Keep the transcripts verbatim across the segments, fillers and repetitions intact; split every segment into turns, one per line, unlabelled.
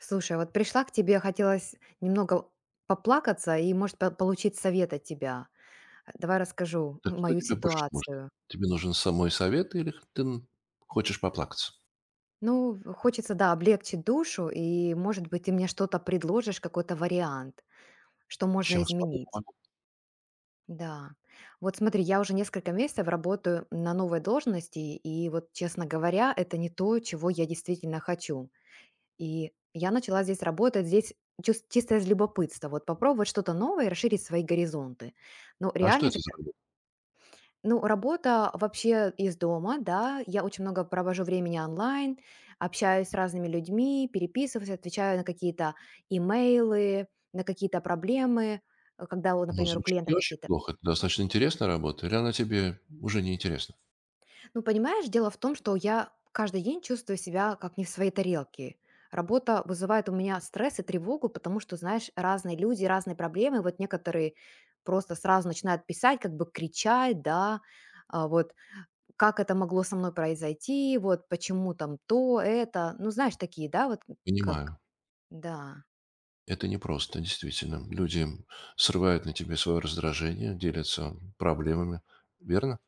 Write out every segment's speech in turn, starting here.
Слушай, вот пришла к тебе, хотелось немного поплакаться и, может, по- получить совет от тебя. Э, Давай расскажу
Так что
мою
тебе больше нужно?
ситуацию.
Тебе нужен самой совет или ты н- хочешь поплакаться?
Ну, в- хочется, да, облегчить душу, и, может быть, ты мне что-то предложишь, какой-то вариант, что можно
Чем смогу,
изменить.
помогу.
Да. Вот смотри, я уже несколько месяцев работаю на новой должности, и вот, честно говоря, это не то, чего я действительно хочу. И я начала здесь работать, здесь чис чисто из любопытства, вот попробовать что-то новое и расширить свои горизонты. Ну,
А
реально
что
если
это за
ка
работа?
ну, работа вообще из дома, да, я очень много провожу времени онлайн, общаюсь с разными людьми, переписываюсь, отвечаю на какие-то имейлы, на какие-то проблемы, э, когда, вот,
Ну,
например, у
звучит
клиентов
не очень
какие-то.
плохо. Это достаточно интересная работа. Или она тебе уже не интересна?
Ну, понимаешь, дело в том, что я каждый день чувствую себя как не в своей тарелке. Работа вызывает у меня стресс и тревогу, потому что, знаешь, разные люди, разные проблемы. Вот некоторые просто сразу начинают писать, как бы кричать, да, а, вот как это могло со мной произойти, вот почему там то, это. Ну, знаешь, такие, да, вот как,
Понимаю.
да.
Это непросто, действительно. Люди срывают на тебе свое раздражение, делятся проблемами. Верно?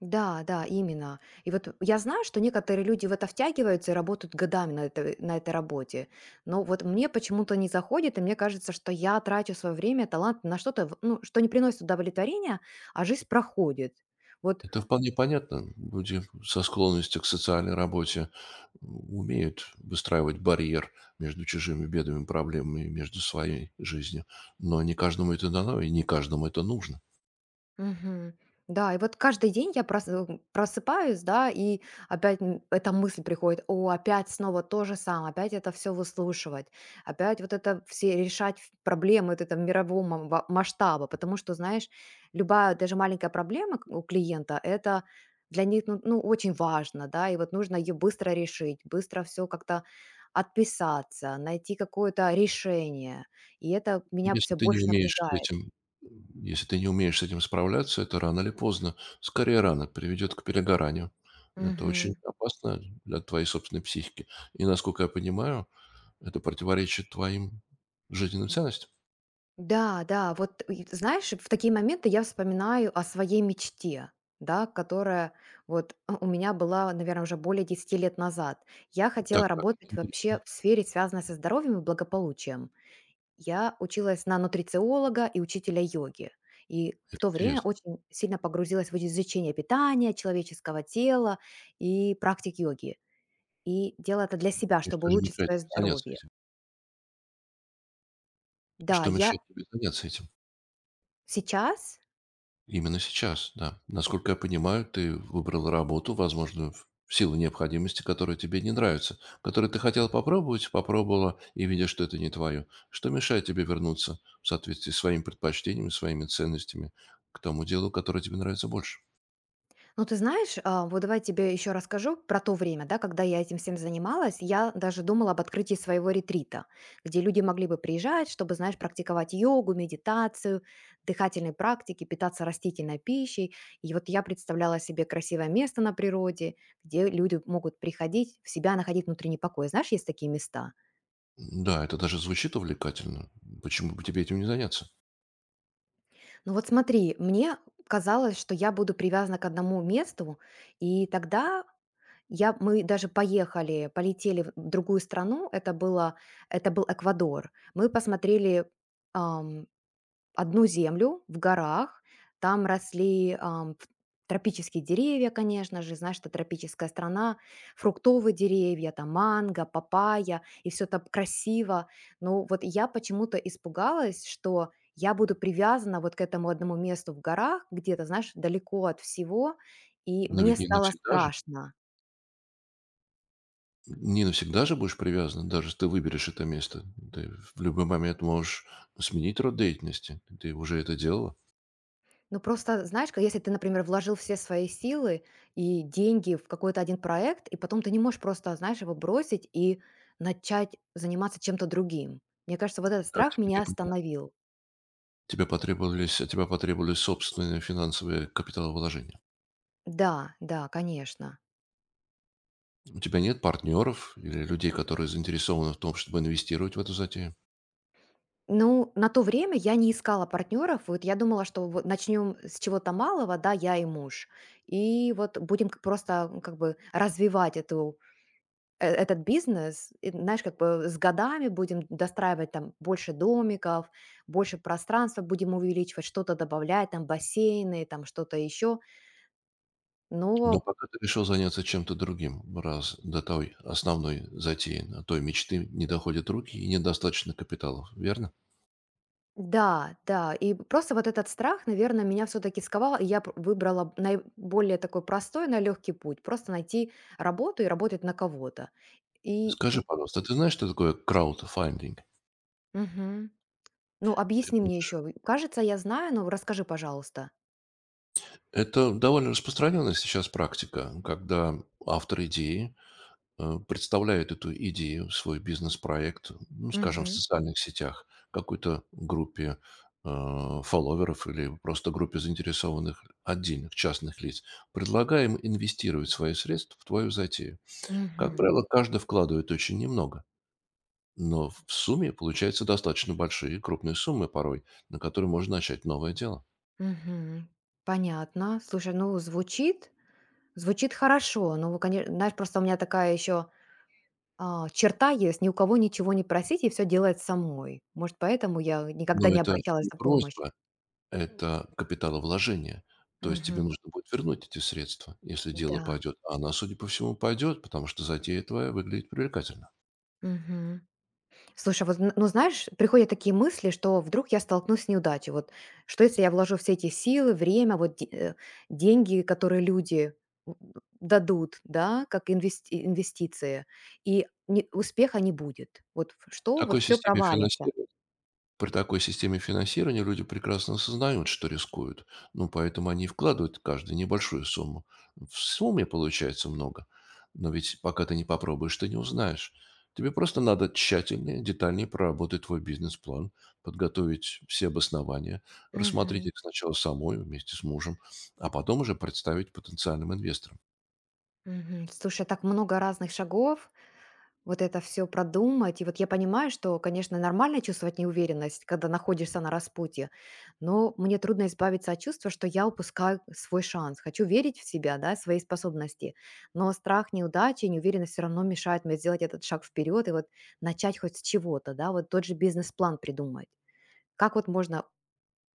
Да, да, именно. И вот я знаю, что некоторые люди в это втягиваются и работают годами на этой, на этой работе. Но вот мне почему-то не заходит, и мне кажется, что я трачу свое время, талант на что-то, в- ну, что не приносит удовлетворения, а жизнь проходит. Вот.
Это вполне понятно. Люди со склонностью к социальной работе умеют выстраивать барьер между чужими бедами, проблемами и между своей жизнью. Но не каждому это дано, и не каждому это нужно.
Мгм. Да, и вот каждый день я прос- э, просыпаюсь, да, и опять м, эта мысль приходит, о, опять снова то же самое, опять это все выслушивать, опять вот это все решать ф- проблемы вот этого мирового ма- ва- масштаба, потому что, знаешь, любая даже маленькая проблема к- у клиента, это для них, ну, ну, очень важно, да, и вот нужно ее быстро решить, быстро все как-то отписаться, найти какое-то решение, и это
И
меня
Если
все
ты не
больше
умеешь с
напрягает.
этим, если ты не умеешь с этим справляться, это рано или поздно, скорее рано, приведет к перегоранию. Это очень опасно для твоей собственной психики. И, насколько я понимаю, это противоречит твоим жизненным ценностям.
Да, да, вот и знаешь, в такие моменты я вспоминаю о своей мечте, да, которая вот э, у меня была, наверное, уже более десяти лет назад. Я
Так,
хотела
так, это
работать вообще
интересно.
в сфере, связанной со здоровьем и благополучием. Я училась на нутрициолога и учителя йоги. И в
Это
то время
интересно.
очень сильно погрузилась в изучение питания, человеческого тела и практик йоги. И делала это для себя,
И
чтобы
что же
улучшить
мешает
свое
тебе заняться
здоровье.
этим?
Да,
Что
я
мешает тебе заняться этим?
сейчас.
Именно сейчас, да. Насколько я понимаю, ты выбрал работу, возможно, в в силу необходимости, которая тебе не нравится, которую ты хотела попробовать, попробовала и видишь, что это не твое. Что мешает тебе вернуться в соответствии с своими предпочтениями, своими ценностями к тому делу, которое тебе нравится больше?
Ну, ты знаешь, а, вот давай тебе еще расскажу про то время, да, когда я этим всем занималась. Я даже думала об открытии своего ретрита, где люди могли бы приезжать, чтобы, знаешь, практиковать йогу, медитацию, дыхательные практики, питаться растительной пищей. И вот я представляла себе красивое место на природе, где люди могут приходить, в себя находить внутренний покой. Знаешь, есть такие места.
Да, это даже звучит увлекательно. Почему бы тебе этим не заняться?
Ну вот смотри, мне казалось, что я буду привязана к одному месту, и тогда. Я мы даже поехали, полетели в другую страну. Это было это был Эквадор. Мы посмотрели, ам, одну землю в горах. Там росли, ам, ф тропические деревья, конечно же. Знаешь, это тропическая страна. Фруктовые деревья, там манго, папайя, и все так красиво. Но вот я почему-то испугалась, что я буду привязана вот к этому одному месту в горах, где-то, знаешь, далеко от всего, и
Но
мне
ведь не
стало
навсегда же.
страшно.
Не навсегда же будешь привязан, даже если ты выберешь это место. Ты в любой момент можешь сменить род деятельности. Ты уже это делала.
Ну, просто, знаешь, ка если ты, например, вложил все свои силы и деньги в какой-то один проект, и потом ты не можешь просто, знаешь, его бросить и начать заниматься чем-то другим. Мне кажется, вот этот
Да,
страх
теперь
меня
я понимаю.
остановил.
Тебе потребовались, от тебя потребовались собственные финансовые капиталовложения.
Да, да, конечно.
У тебя нет партнеров или людей, которые заинтересованы в том, чтобы инвестировать в эту затею.
Ну, на то время я не искала партнеров. Вот я думала, что вот начнем с чего-то малого, да, я и муж. И вот будем к просто, м, как бы развивать эту э, этот бизнес, и, знаешь, как бы с годами будем достраивать там больше домиков, больше пространства будем увеличивать, что-то добавлять, там бассейны, там что-то еще. Но
Но пока ты решил заняться чем-то другим, раз до той основной затеи, до той мечты не доходят руки и недостаточно капиталов, верно?
да, да, и просто вот этот страх, наверное, меня все-таки сковал, и я пр- выбрала наиболее такой простой, на легкий путь, просто найти работу и работать на кого-то. И,
Скажи, пожалуйста, ты знаешь, что такое краудфандинг?
мгм. Ну,
Ты
объясни мне
можешь
еще, кажется, я знаю, но расскажи, пожалуйста.
Это довольно распространенная сейчас практика, когда автор идеи э, представляет эту идею, свой бизнес-проект, ну, скажем, в
Мгм.
социальных сетях, какой-то группе э, фолловеров или просто группе заинтересованных отдельных частных лиц, предлагая им инвестировать свои средства в твою затею. Как
Мгм.
правило, каждый вкладывает очень немного, но в сумме получаются достаточно большие, крупные суммы порой, на которые можно начать новое дело.
Мгм. Понятно. Слушай, ну звучит, звучит хорошо. Ну, конечно, знаешь, просто у меня такая еще черта есть, ни у кого ничего не просить и все делать самой. Может, поэтому я никогда
Но
не
это
обращалась
не
за помощью.
просьба, это капиталовложение. То есть тебе
Мгм.
нужно будет вернуть эти средства, если дело
Да.
пойдет. А она, судя по всему, пойдет, потому что затея твоя выглядит привлекательно.
Мгм. Слушай, вот, н- ну знаешь, приходят такие мысли, что вдруг я столкнусь с неудачей. Вот что если я вложу все эти силы, время, вот де- э, деньги, которые люди м, дадут, да, как инвести- инвестиции, и не- успеха не будет. Вот ф-
В
что, вот
такой
все
системе
провалится.
финансирования При такой системе финансирования люди прекрасно осознают, что рискуют, ну, поэтому они и вкладывают каждый небольшую сумму. В сумме получается много, но ведь пока ты не попробуешь, ты не узнаешь. Тебе просто надо тщательнее, детальнее проработать твой бизнес-план, подготовить все обоснования, рассмотреть
Мгм.
их сначала самой вместе с мужем, а потом уже представить потенциальным инвесторам.
Мгм. Слушай, так много разных шагов, вот это все продумать. И вот я понимаю, что, конечно, нормально чувствовать неуверенность, когда находишься на распутье, но мне трудно избавиться от чувства, что я упускаю свой шанс. Хочу верить в себя, да, свои способности, но страх неудачи, неуверенность все равно мешает мне сделать этот шаг вперед и вот начать хоть с чего-то, да, вот тот же бизнес-план придумать. Как вот можно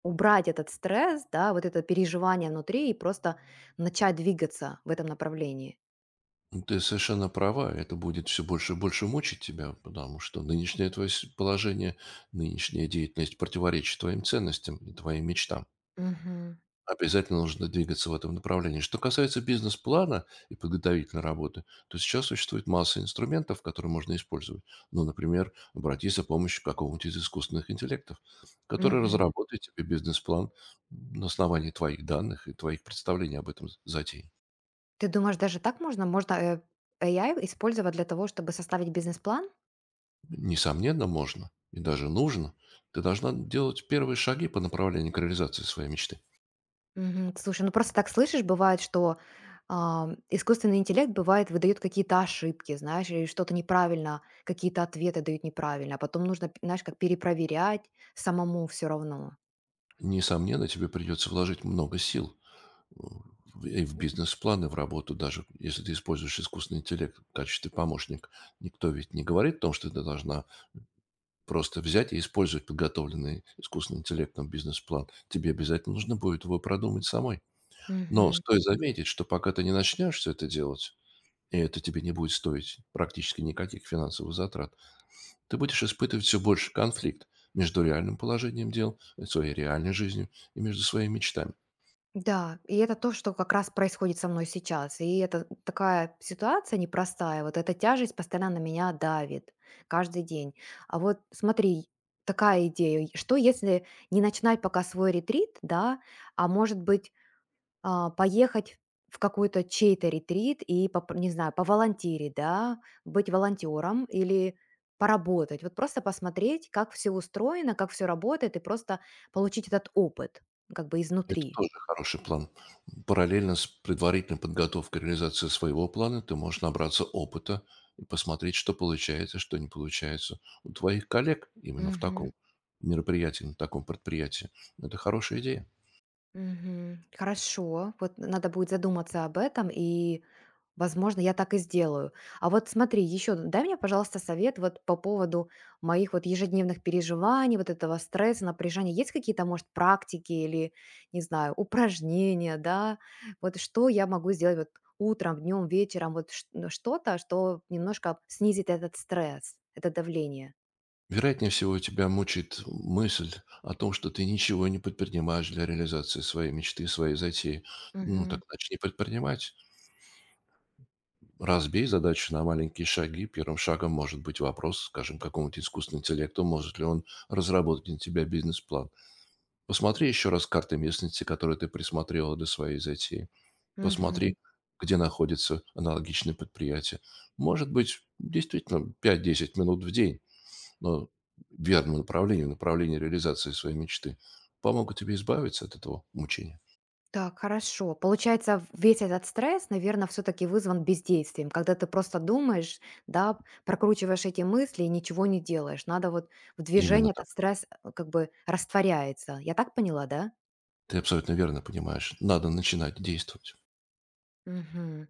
убрать этот стресс, да, вот это переживание внутри и просто начать двигаться в этом направлении?
Ну, Ты совершенно права, это будет все больше и больше мучить тебя, потому что нынешнее твое с- положение, нынешняя деятельность противоречит твоим ценностям и твоим мечтам.
Мгм.
Обязательно нужно двигаться в этом направлении. Что касается бизнес-плана и подготовительной работы, то сейчас существует масса инструментов, которые можно использовать. Ну, например, обратись за помощью какого-нибудь из искусственных интеллектов, который
Мгм.
разработает тебе бизнес-план на основании твоих данных и твоих представлений об этом затее.
Ты думаешь, даже так можно? Можно, э, A I использовать для того, чтобы составить бизнес-план?
Несомненно, можно и даже нужно. Ты должна делать первые шаги по направлению к реализации своей мечты.
Мгм. Слушай, ну просто так слышишь, бывает, что а, искусственный интеллект бывает выдает какие-то ошибки, знаешь, или что-то неправильно, какие-то ответы дают неправильно, а потом нужно, п- знаешь, как перепроверять самому все равно.
Несомненно, тебе придется вложить много сил э, в- и в бизнес-план, и в работу даже, если ты используешь искусственный интеллект в качестве помощника. Никто ведь не говорит о том, что ты должна просто взять и использовать подготовленный искусственным интеллектом бизнес-план. Тебе обязательно нужно будет его продумать самой. Но
Мгм.
стоит заметить, что пока ты не начнешь все это делать, и это тебе не будет стоить практически никаких финансовых затрат, ты будешь испытывать все больше конфликт между реальным положением дел, э, своей реальной жизнью и между своими мечтами.
Да, и это то, что как раз происходит со мной сейчас. И это такая ситуация непростая. Вот эта тяжесть постоянно на меня давит каждый день. А вот смотри, такая идея. и Что если не начинать пока свой ретрит, да, а может быть а, поехать в какой-то чей-то ретрит и, поп- не знаю, поволонтерить, да, быть волонтером или поработать. Вот просто посмотреть, как все устроено, как все работает, и просто получить этот опыт как бы
Это
изнутри.
тоже хороший план. Параллельно с предварительной подготовкой к реализации своего плана ты можешь набраться опыта и посмотреть, что получается, что не получается у твоих коллег именно в таком
Мгм.
мероприятии, на таком предприятии. Это хорошая идея.
Мгм. Хорошо, вот надо будет задуматься об этом, и, возможно, я так и сделаю. А вот смотри, еще дай мне, пожалуйста, совет вот по поводу моих вот ежедневных переживаний, вот этого стресса, напряжения. Есть какие-то, может, практики или, не знаю, упражнения, да? Вот что я могу сделать вот утром, днем, вечером, вот ш- ну, что-то, что немножко снизит этот стресс, это давление.
Вероятнее всего, тебя мучает мысль о том, что ты ничего не предпринимаешь для реализации своей мечты, своей затеи. Ну,
Мгм.
так начни предпринимать. Разбей задачу на маленькие шаги. Первым шагом может быть вопрос, скажем, какому-то искусственному интеллекту, может ли он разработать для тебя бизнес-план. Посмотри еще раз карты местности, которые ты присмотрела для своей затеи.
Мгм.
Посмотри, где находятся аналогичные предприятия. Может быть, действительно, пять-десять минут в день, но в верном направлении, в направлении реализации своей мечты, помогут тебе избавиться от этого мучения.
Так, хорошо. Получается, в- весь этот стресс, наверное, все-таки вызван бездействием, когда ты просто думаешь, да, прокручиваешь эти мысли и ничего не делаешь. Надо вот в движении
Именно так.
этот стресс э, как бы растворяется. Я так поняла, да?
Ты абсолютно верно понимаешь. Надо начинать действовать.
Мгм.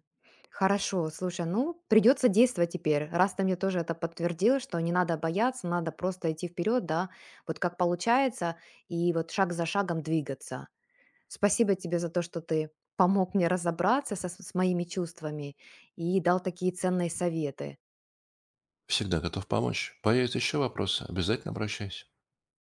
Хорошо, слушай, ну придется действовать теперь. Раз ты мне тоже это подтвердила, что не надо бояться, надо просто идти вперед, да, вот как получается, и вот шаг за шагом двигаться. Спасибо тебе за то, что ты помог мне разобраться со с моими чувствами и дал такие ценные советы.
Всегда готов помочь. Появятся еще вопросы, обязательно обращайся.